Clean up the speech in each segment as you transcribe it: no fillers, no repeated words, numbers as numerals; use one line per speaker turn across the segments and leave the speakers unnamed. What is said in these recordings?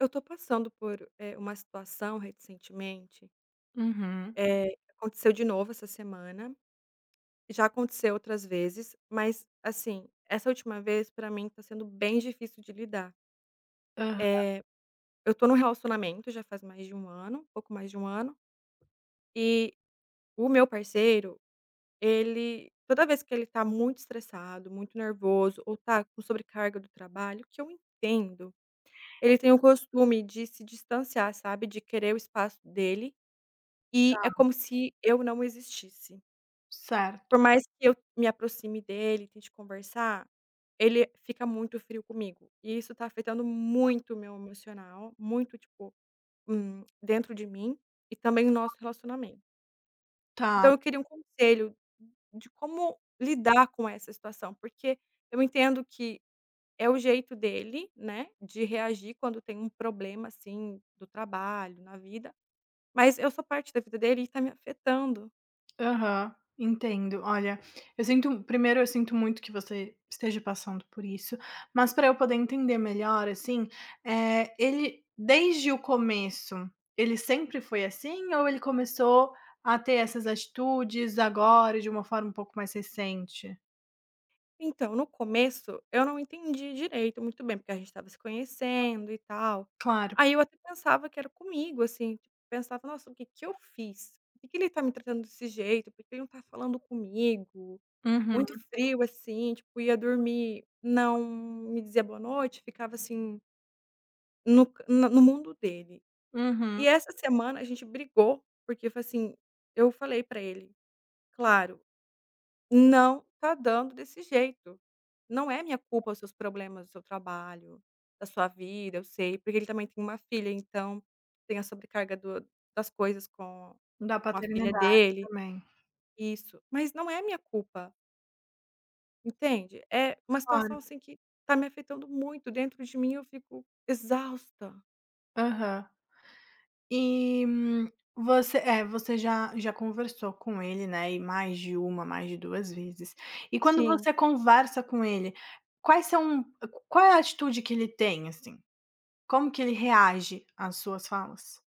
Eu tô passando por, uma situação recentemente,
Uhum.
eh, aconteceu de novo essa semana, já aconteceu outras vezes, mas assim, essa última vez pra mim tá sendo bem difícil de lidar.
Aham.
Eh, eu tô num relacionamento já faz mais de um ano, pouco mais de um ano, e o meu parceiro, ele toda vez que ele tá muito estressado, muito nervoso ou tá com sobrecarga do trabalho, que eu entendo, ele tem o costume de se distanciar, sabe, de querer o espaço dele. E é como se eu não existisse.
Certo.
Por mais que eu me aproxime dele, tente conversar, ele fica muito frio comigo. E isso tá afetando muito o meu emocional, muito, tipo, dentro de mim e também o nosso relacionamento.
Tá.
Então eu queria um conselho de como lidar com essa situação, porque eu entendo que é o jeito dele, né, de reagir quando tem um problema, assim, do trabalho, na vida, mas eu sou parte da vida dele e tá me afetando.
Aham. Entendo. Olha, eu sinto primeiro, eu sinto muito que você esteja passando por isso, mas para eu poder entender melhor, assim, é ele desde o começo, ele sempre foi assim ou ele começou a ter essas atitudes agora, de uma forma um pouco mais recente?
Então, no começo, eu não entendi direito, muito bem, porque a gente estava se conhecendo e tal.
Claro.
Aí eu até pensava que era comigo, assim, tipo, pensava: "Nossa, o que que eu fiz? Por que que ele tá me tratando desse jeito? Por que ele não tá falando comigo?".
Uhum,
Muito frio, assim, tipo, ia dormir, não me dizia boa noite, ficava assim, no ca na no mundo dele.
uhum.
E essa semana a gente brigou, porque foi assim, eu falei pra ele: "Claro, não tá dando desse jeito. Não é minha culpa os seus problemas, do seu trabalho, da sua vida, eu sei", porque ele também tem uma filha, então tem a sobrecarga do das coisas
Da
com a filha
paternidade
dele.
também.
Isso. Mas não é minha culpa, entende? É uma situação,
Claro.
assim, que tá me afetando muito, dentro de mim eu fico exausta.
Aham. E você você já conversou com ele, né, e mais de uma, mais de 2 vezes. E quando
Sim.
você conversa com ele, quais são qual é a atitude que ele tem, assim? Como que ele reage às suas falas?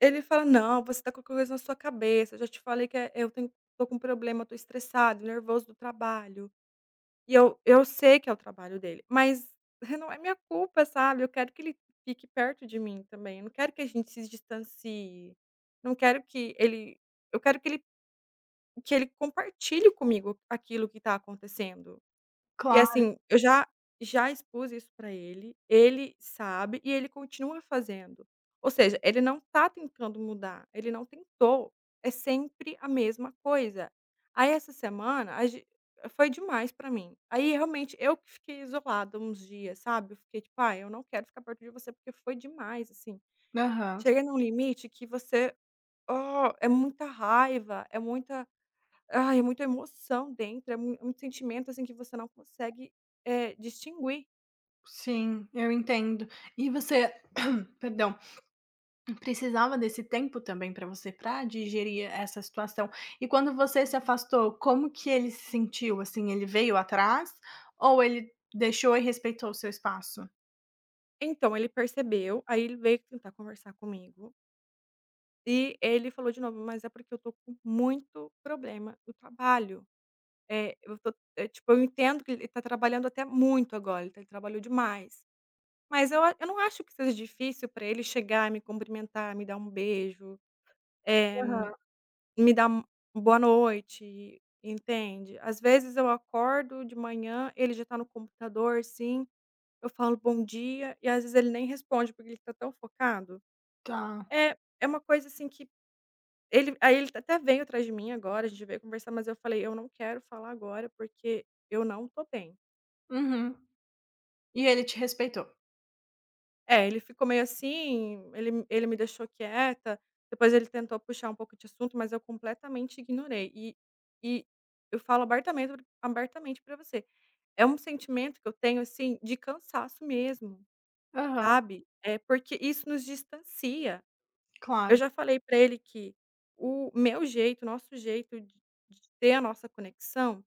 Ele fala: "Não, você tá com qualquer coisa na sua cabeça, já te falei que eu tenho, tô com problema, tô estressado, nervoso do trabalho". E eu sei que é o trabalho dele, mas não é minha culpa, sabe. Eu quero que ele fique perto de mim também, eu não quero que a gente se distancie, não quero que ele, eu quero que ele, que ele compartilhe comigo aquilo que está acontecendo. E
Claro.
assim, eu já expus isso pra ele, ele sabe e ele continua fazendo. Ou seja, ele não tá tentando mudar, ele não tentou, é sempre a mesma coisa. Aí essa semana a gen foi demais pra mim. Aí realmente eu que fiquei isolada uns dias, sabe, eu fiquei tipo: "Ai, eu não quero ficar perto de você porque foi demais, assim".
Aham.
Chega num limite que você, oh, é muita raiva, é muita, ai, é muita emoção dentro, é muito sentimento, assim, que você não consegue, distinguir.
Sim, eu entendo. E você perdão. Precisava desse tempo também para você, para digerir essa situação. E quando você se afastou, como que ele se sentiu, assim, ele veio atrás ou ele deixou e respeitou o seu espaço?
Então ele percebeu, aí ele veio tentar conversar comigo, e ele falou de novo: "Mas é porque eu tô com muito problema no trabalho, eu tô, tipo, eu entendo que ele tá trabalhando até muito agora, ele tá, ele trabalhou demais, mas eu não acho que seja difícil para ele chegar, me cumprimentar, me dar um beijo, eh"
Aham.
Me dá um boa noite, entende? Às vezes eu acordo de manhã, ele já tá no computador, assim, eu falo bom dia e às vezes ele nem responde, porque ele tá tão focado.
Tá.
É uma coisa, assim, que ele, aí ele até veio atrás de mim agora, a gente veio conversar, mas eu falei: "Eu não quero falar agora, porque eu não tô bem".
Uhum. E ele te respeitou?
É, ele ficou meio assim, ele me deixou quieta, depois ele tentou puxar um pouco de assunto, mas eu completamente ignorei. E eu falo abertamente, abertamente para você. É um sentimento que eu tenho, assim, de cansaço mesmo,
Aham,
sabe. É porque isso nos distancia. Eu
claro.
já falei pra ele que o meu jeito, o nosso jeito de ter a nossa conexão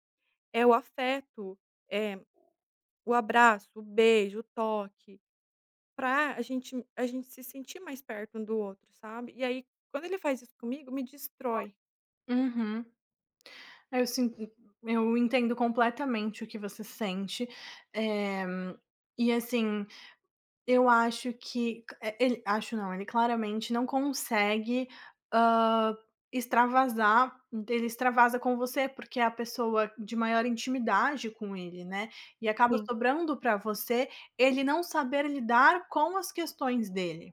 é o afeto, é o abraço, o beijo, o toque, pra a gente se sentir mais perto um do outro, sabe. E aí, quando ele faz isso comigo, me destrói.
Uhum. Eu sin eu entendo completamente o que você sente. Eh, e assim, eu acho que ele claramente não consegue, hã, extravasar, ele extravasa com você, porque é a pessoa de maior intimidade com ele, né, e acaba
Sim,
sobrando para você ele não saber lidar com as questões dele.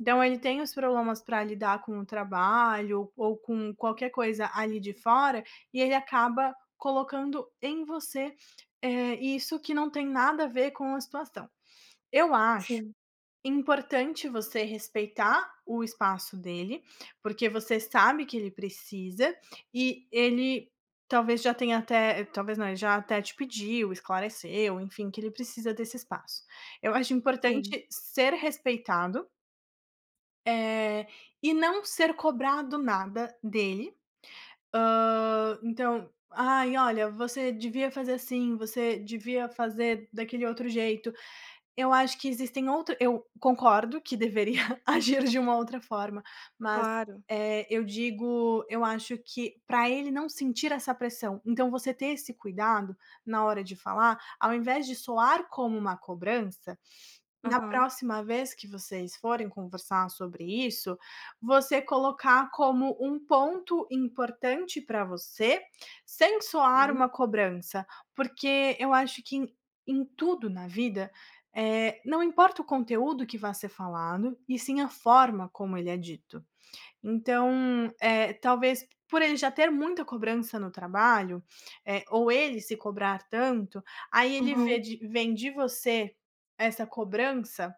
Então ele tem os problemas para lidar com o trabalho ou com qualquer coisa ali de fora, e ele acaba colocando em você, isso que não tem nada a ver com a situação. Eu acho
sim,
Importante você respeitar o espaço dele, porque você sabe que ele precisa e ele talvez já tenha até, talvez não, ele já até te pediu, esclareceu, enfim, que ele precisa desse espaço. Eu acho
sim,
importante ser respeitado, eh, e não ser cobrado nada dele. Hã, então: "Ai, olha, você devia fazer assim, você devia fazer daquele outro jeito". Eu acho que existem outra Eu concordo que deveria agir de uma outra forma, mas,
claro.
eu digo, eu acho que para ele não sentir essa pressão, então você ter esse cuidado na hora de falar, ao invés de soar como uma cobrança, na
Aham,
próxima vez que vocês forem conversar sobre isso, você colocar como um ponto importante para você, sem soar
sim.
uma cobrança, porque eu acho que em tudo na vida, não importa o conteúdo que vá ser falado, e sim a forma como ele é dito. Então, talvez por ele já ter muita cobrança no trabalho, ou ele se cobrar tanto, aí ele Aham.
Uhum,
vê de vem de você essa cobrança,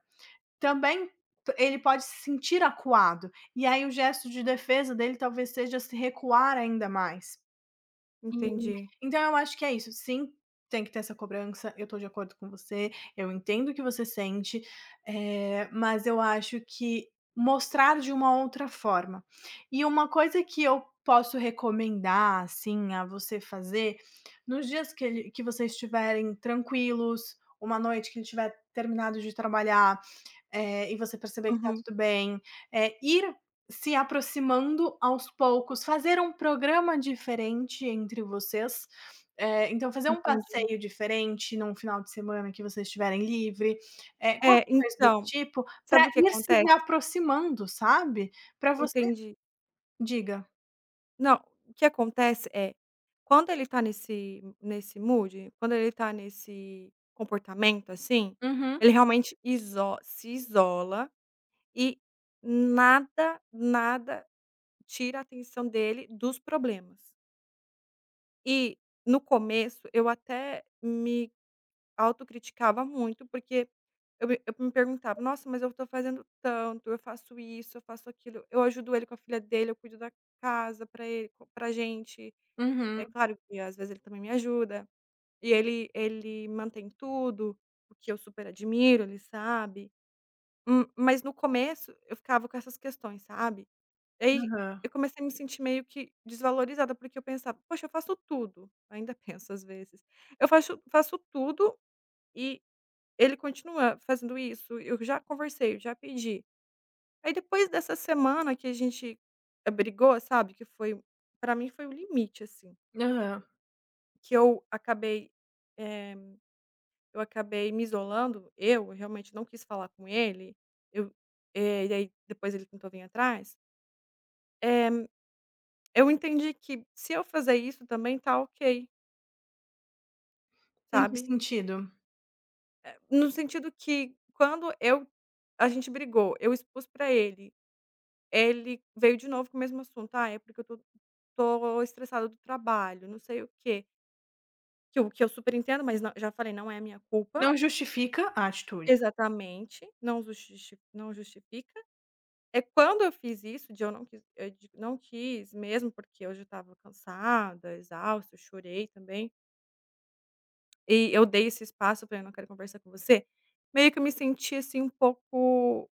também p ele pode se sentir acuado, e aí o gesto de defesa dele talvez seja se recuar ainda mais.
entendi.
Então eu acho que é isso. Sim, tem que ter essa cobrança, eu tô de acordo com você, eu entendo o que você sente, mas eu acho que mostrar de uma outra forma. E uma coisa que eu posso recomendar, assim, a você fazer, nos dias que vocês estiverem tranquilos, uma noite que ele tiver terminado de trabalhar, e você perceber que tá
Uhum,
tudo bem, é ir se aproximando aos poucos, fazer um programa diferente entre vocês, é, então fazer um
entendi.
passeio diferente num final de semana que vocês estiverem livre,
É,
qualquer coisa do
então,
tipo, para
sabe o que
ir se
acontece?
reaproximando, sabe. Para você
Entendi.
diga.
Não, o que acontece é, quando ele tá nesse mood, quando ele tá nesse comportamento, assim,
Uhum,
ele realmente iso se isola e nada, nada tira a atenção dele dos problemas. E, no começo, eu até me autocriticava muito, porque eu me perguntava: "Nossa, mas eu estou fazendo tanto, eu faço isso, eu faço aquilo, eu ajudo ele com a filha dele, eu cuido da casa pra ele, co pra gente".
uhum,
É claro que às vezes ele também me ajuda, e ele mantém tudo, o que eu super admiro, ele sabe. Mas no começo eu ficava com essas questões, sabe. E aí
aham,
eu comecei a me sentir meio que desvalorizada, porque eu pensava: "Poxa, eu faço tudo", ainda penso às vezes, "eu faço tudo e ele continua fazendo isso, eu já conversei, eu já pedi". Aí depois dessa semana que a gente, brigou, sabe, que foi, pra mim foi o limite, assim,
aham.
que eu acabei, eh, eu acabei me isolando, eu realmente não quis falar com ele, eu, e aí depois ele tentou vir atrás. Eh, eu entendi que se eu fazer isso também tá ok,
Em que
sabe.
sentido?
No sentido que quando eu, a gente brigou, eu expus pra ele. Ele veio de novo com o mesmo assunto: "Ah, é porque eu tô, tô estressado do trabalho, não sei o quê", que eu super entendo, mas não, já falei: "Não é a minha culpa",
Não justifica a atitude.
exatamente, não justifica. É quando eu fiz isso de eu não quis eu de não quis mesmo, porque hoje eu já estava cansada, exausta, eu chorei também, e eu dei esse espaço para "Eu não quero conversar com você", meio que eu me senti, assim, um pouco,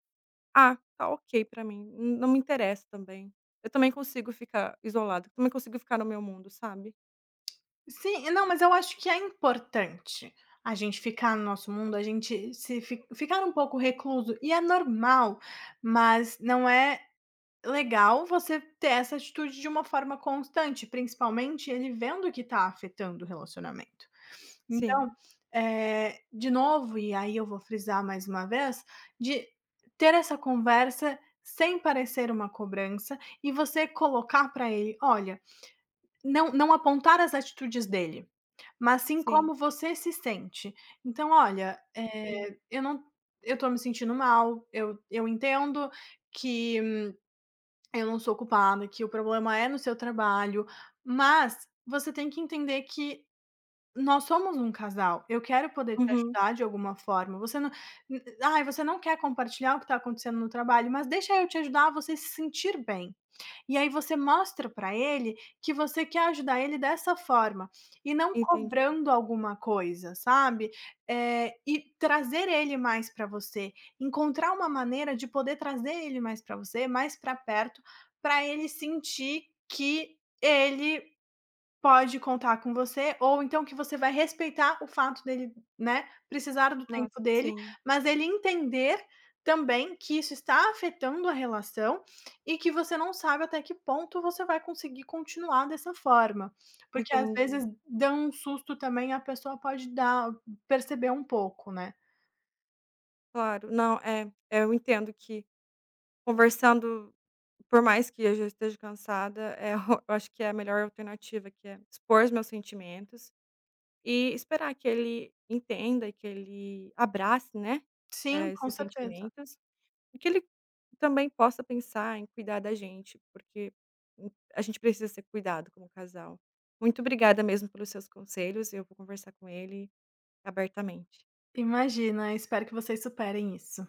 ah, tá ok pra mim, n não me interessa também. Eu também consigo ficar isolada, também consigo ficar no meu mundo, sabe.
Sim, não, mas eu acho que é importante a gente ficar no nosso mundo, a gente se fi ficar um pouco recluso, e é normal, mas não é legal você ter essa atitude de uma forma constante, principalmente ele vendo que está afetando o relacionamento.
Sim,
Então, de novo, e aí eu vou frisar mais uma vez, de ter essa conversa sem parecer uma cobrança e você colocar para ele: "Olha", não apontar as atitudes dele, mas sim
sim,
como você se sente. Então: "Olha,
sim.
eu não eu tô me sentindo mal, eu entendo que" eu não sou culpada, que o problema é no seu trabalho, mas você tem que entender que nós somos um casal. Eu quero poder te
Uhum.
ajudar de alguma forma. Você não você não quer compartilhar o que está acontecendo no trabalho, mas deixa eu te ajudar a você se sentir bem. E aí você mostra para ele que você quer ajudar ele dessa forma, e não
Entendi.
cobrando alguma coisa, sabe. E trazer ele mais para você, encontrar uma maneira de poder trazer ele mais para você, mais para perto, para ele sentir que ele pode contar com você, ou então que você vai respeitar o fato dele, né, precisar do tempo
Nossa,
dele,
sim,
mas ele entender também que isso está afetando a relação e que você não sabe até que ponto você vai conseguir continuar dessa forma. Porque às
entendi.
vezes dá um susto também, a pessoa pode dar perceber um pouco, né.
Claro. Não, é, é. Eu entendo que conversando, por mais que eu já esteja cansada, eu acho que é a melhor alternativa, que é expor os meus sentimentos e esperar que ele entenda e que ele abrace, né,
Sim, com
esses
certeza.
sentimentos. E que ele também possa pensar em cuidar da gente, porque a gente precisa ser cuidado como casal. Muito obrigada mesmo pelos seus conselhos, eu vou conversar com ele abertamente.
Imagina, espero que vocês superem isso.